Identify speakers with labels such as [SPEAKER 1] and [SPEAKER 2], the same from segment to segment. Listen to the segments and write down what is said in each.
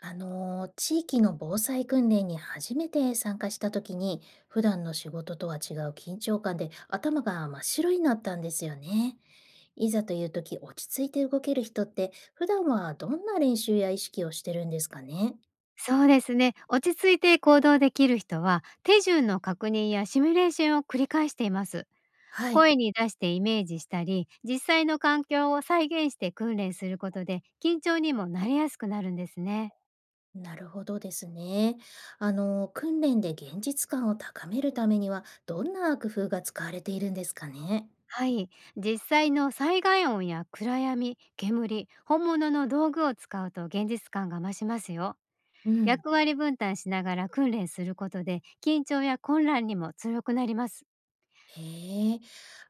[SPEAKER 1] 地域の防災訓練に初めて参加した時に、普段の仕事とは違う緊張感で頭が真っ白になったんですよね。いざという時、落ち着いて動ける人って、普段はどんな練習や意識をしてるんですかね。
[SPEAKER 2] そうですね。落ち着いて行動できる人は、手順の確認やシミュレーションを繰り返しています。
[SPEAKER 1] はい。
[SPEAKER 2] 声に出してイメージしたり、実際の環境を再現して訓練することで、緊張にもなりやすくなるんですね。
[SPEAKER 1] なるほどですね。訓練で現実感を高めるためには、どんな工夫が使われているんですかね。
[SPEAKER 2] はい。実際の災害音や暗闇、煙、本物の道具を使うと現実感が増しますよ。
[SPEAKER 1] うん。
[SPEAKER 2] 役割分担しながら訓練することで、緊張や混乱にも強くなります。
[SPEAKER 1] へえ、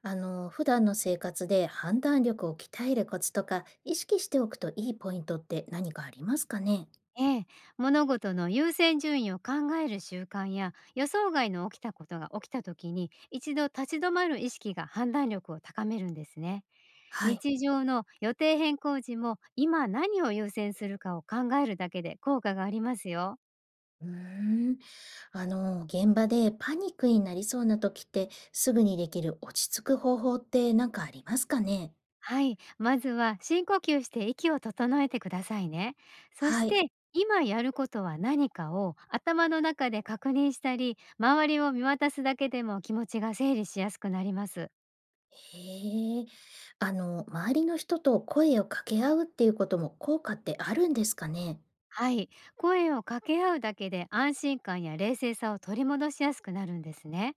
[SPEAKER 1] あの、普段の生活で判断力を鍛えるコツとか、意識しておくといいポイントって何かありますかね？
[SPEAKER 2] ええ、物事の優先順位を考える習慣や予想外の起きたことが起きた時に一度立ち止まる意識が判断力を高めるんですね。
[SPEAKER 1] はい。
[SPEAKER 2] 日常の予定変更時も今何を優先するかを考えるだけで効果がありますよ。
[SPEAKER 1] うーん、あの、現場でパニックになりそうな時って、すぐにできる落ち着く方法って何かありますかね？
[SPEAKER 2] はい、まずは深呼吸して息を整えてくださいね。そし
[SPEAKER 1] はい。
[SPEAKER 2] て今やることは何かを頭の中で確認したり、周りを見渡すだけでも気持ちが整理しやすくなります。
[SPEAKER 1] へえ、あの、周りの人と声を掛け合うっていうことも効果ってあるんですかね？
[SPEAKER 2] はい、声を掛け合うだけで安心感や冷静さを取り戻しやすくなるんですね。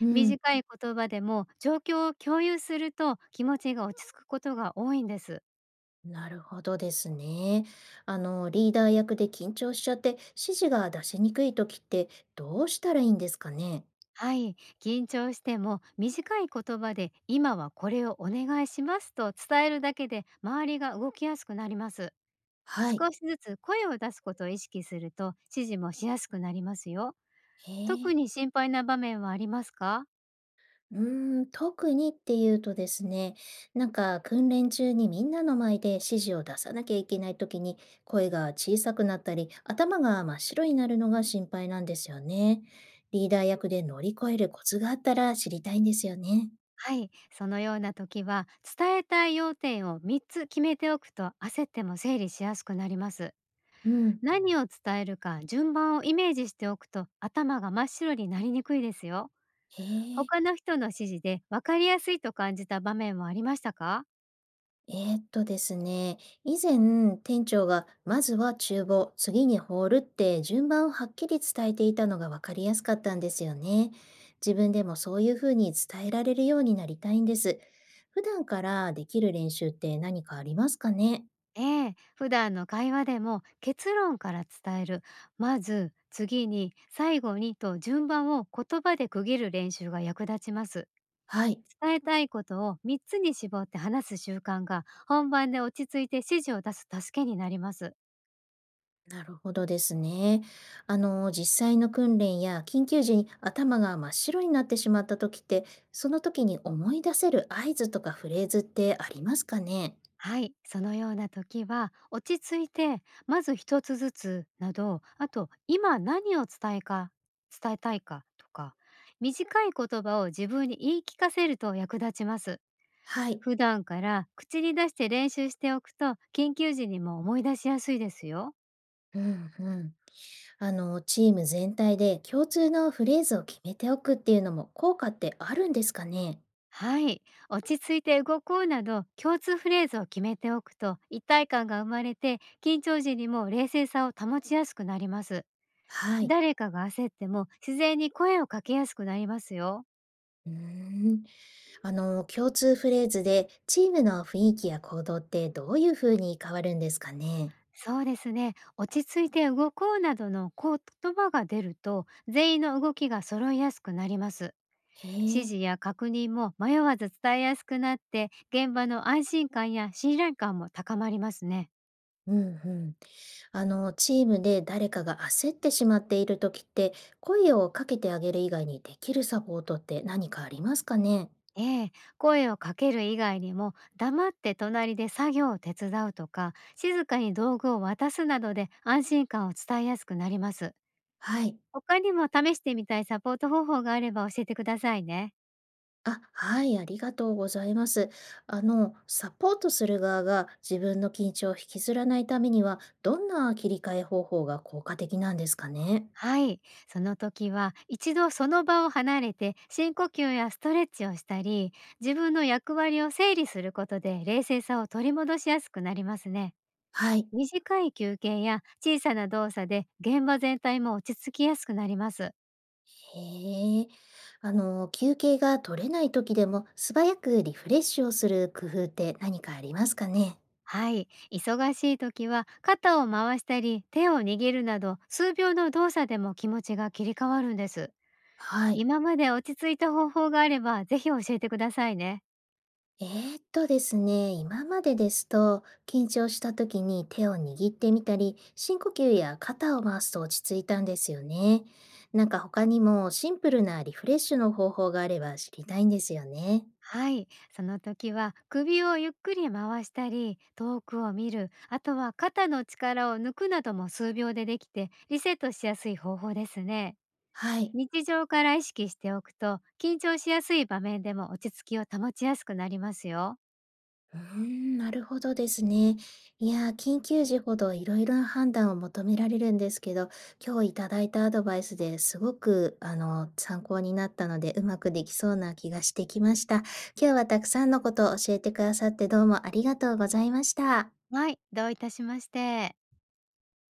[SPEAKER 1] うん。
[SPEAKER 2] 短い言葉でも状況を共有すると気持ちが落ち着くことが多いんです。
[SPEAKER 1] なるほどですね。あの、リーダー役で緊張しちゃって指示が出しにくい時ってどうしたらいいんですかね。
[SPEAKER 2] はい、緊張しても短い言葉で今はこれをお願いしますと伝えるだけで周りが動きやすくなります。
[SPEAKER 1] はい。
[SPEAKER 2] 少しずつ声を出すことを意識すると指示もしやすくなりますよ。
[SPEAKER 1] へ
[SPEAKER 2] 特
[SPEAKER 1] えー、
[SPEAKER 2] に心配な場面はありますか？
[SPEAKER 1] うーん、特にっていうとですね、なんか訓練中にみんなの前で指示を出さなきゃいけない時に声が小さくなったり頭が真っ白になるのが心配なんですよね。リーダー役で乗り越えるコツがあったら知りたいんですよね。
[SPEAKER 2] はい、そのような時は伝えたい要点を3つ決めておくと焦っても整理しやすくなります。
[SPEAKER 1] うん。
[SPEAKER 2] 何を伝えるか順番をイメージしておくと頭が真っ白になりにくいですよ。
[SPEAKER 1] へえ。
[SPEAKER 2] 他の人の指示で分かりやすいと感じた場面はありましたか？
[SPEAKER 1] ですね、以前店長がまずは厨房、次にホールって順番をはっきり伝えていたのが分かりやすかったんですよね。自分でもそういうふうに伝えられるようになりたいんです。普段からできる練習って何かありますかね。
[SPEAKER 2] ええ、普段の会話でも結論から伝える、まず、次に、最後にと順番を言葉で区切る練習が役立ちます。
[SPEAKER 1] はい、
[SPEAKER 2] 伝えたいことを3つに絞って話す習慣が本番で落ち着いて指示を出す助けになります。
[SPEAKER 1] なるほどですね。あの、実際の訓練や緊急時に頭が真っ白になってしまった時って、その時に思い出せる合図とかフレーズってありますかね。
[SPEAKER 2] はい、そのような時は落ち着いてまず一つずつなど、あと今何を伝えか伝えたいかとか、短い言葉を自分に言い聞かせると役立ちます。
[SPEAKER 1] はい。
[SPEAKER 2] 普段から口に出して練習しておくと緊急時にも思い出しやすいですよ。
[SPEAKER 1] うんうん。あの、チーム全体で共通のフレーズを決めておくっていうのも効果ってあるんですかね。
[SPEAKER 2] はい。落ち着いて動こうなど共通フレーズを決めておくと一体感が生まれて緊張時にも冷静さを保ちやすくなります。
[SPEAKER 1] はい。
[SPEAKER 2] 誰かが焦っても自然に声をかけやすくなりますよ。
[SPEAKER 1] うーん。あの、共通フレーズでチームの雰囲気や行動ってどういうふうに変わるんですかね。
[SPEAKER 2] そうですね。落ち着いて動こうなどの言葉が出ると全員の動きが揃いやすくなります。
[SPEAKER 1] へ
[SPEAKER 2] 指
[SPEAKER 1] え。
[SPEAKER 2] 示や確認も迷わず伝えやすくなって現場の安心感や信頼感も高まりますね。
[SPEAKER 1] うんうん。あの、チームで誰かが焦ってしまっている時って、声をかけてあげる以外にできるサポートって何かありますかね。
[SPEAKER 2] ええ、声をかける以外にも黙って隣で作業を手伝うとか静かに道具を渡すなどで安心感を伝えやすくなります。
[SPEAKER 1] はい。
[SPEAKER 2] 他にも試してみたいサポート方法があれば教えてくださいね。
[SPEAKER 1] あ、はい、ありがとうございます。あの、サポートする側が自分の緊張を引きずらないためには、どんな切り替え方法が効果的なんですかね。
[SPEAKER 2] はい、その時は一度その場を離れて深呼吸やストレッチをしたり、自分の役割を整理することで冷静さを取り戻しやすくなりますね。
[SPEAKER 1] はい。
[SPEAKER 2] 短い休憩や小さな動作で現場全体も落ち着きやすくなります。
[SPEAKER 1] へえ。あの、休憩が取れない時でも素早くリフレッシュをする工夫って何かありますかね。
[SPEAKER 2] はい、忙しい時は肩を回したり手を握るなど数秒の動作でも気持ちが切り替わるんです。
[SPEAKER 1] はい。
[SPEAKER 2] 今まで落ち着いた方法があればぜひ教えてくださいね。
[SPEAKER 1] えですね、今までですと、緊張した時に手を握ってみたり、深呼吸や肩を回すと落ち着いたんですよね。なんか他にもシンプルなリフレッシュの方法があれば知りたいんですよね。
[SPEAKER 2] はい、その時は首をゆっくり回したり遠くを見る、あとは肩の力を抜くなども数秒でできてリセットしやすい方法ですね。
[SPEAKER 1] はい。
[SPEAKER 2] 日常から意識しておくと緊張しやすい場面でも落ち着きを保ちやすくなりますよ。
[SPEAKER 1] うーん、なるほどですね。いやー、緊急時ほどいろいろな判断を求められるんですけど、今日いただいたアドバイスですごく、参考になったので、うまくできそうな気がしてきました。今日はたくさんのことを教えてくださってどうもありがとうございました。
[SPEAKER 2] はい、どういたしまして。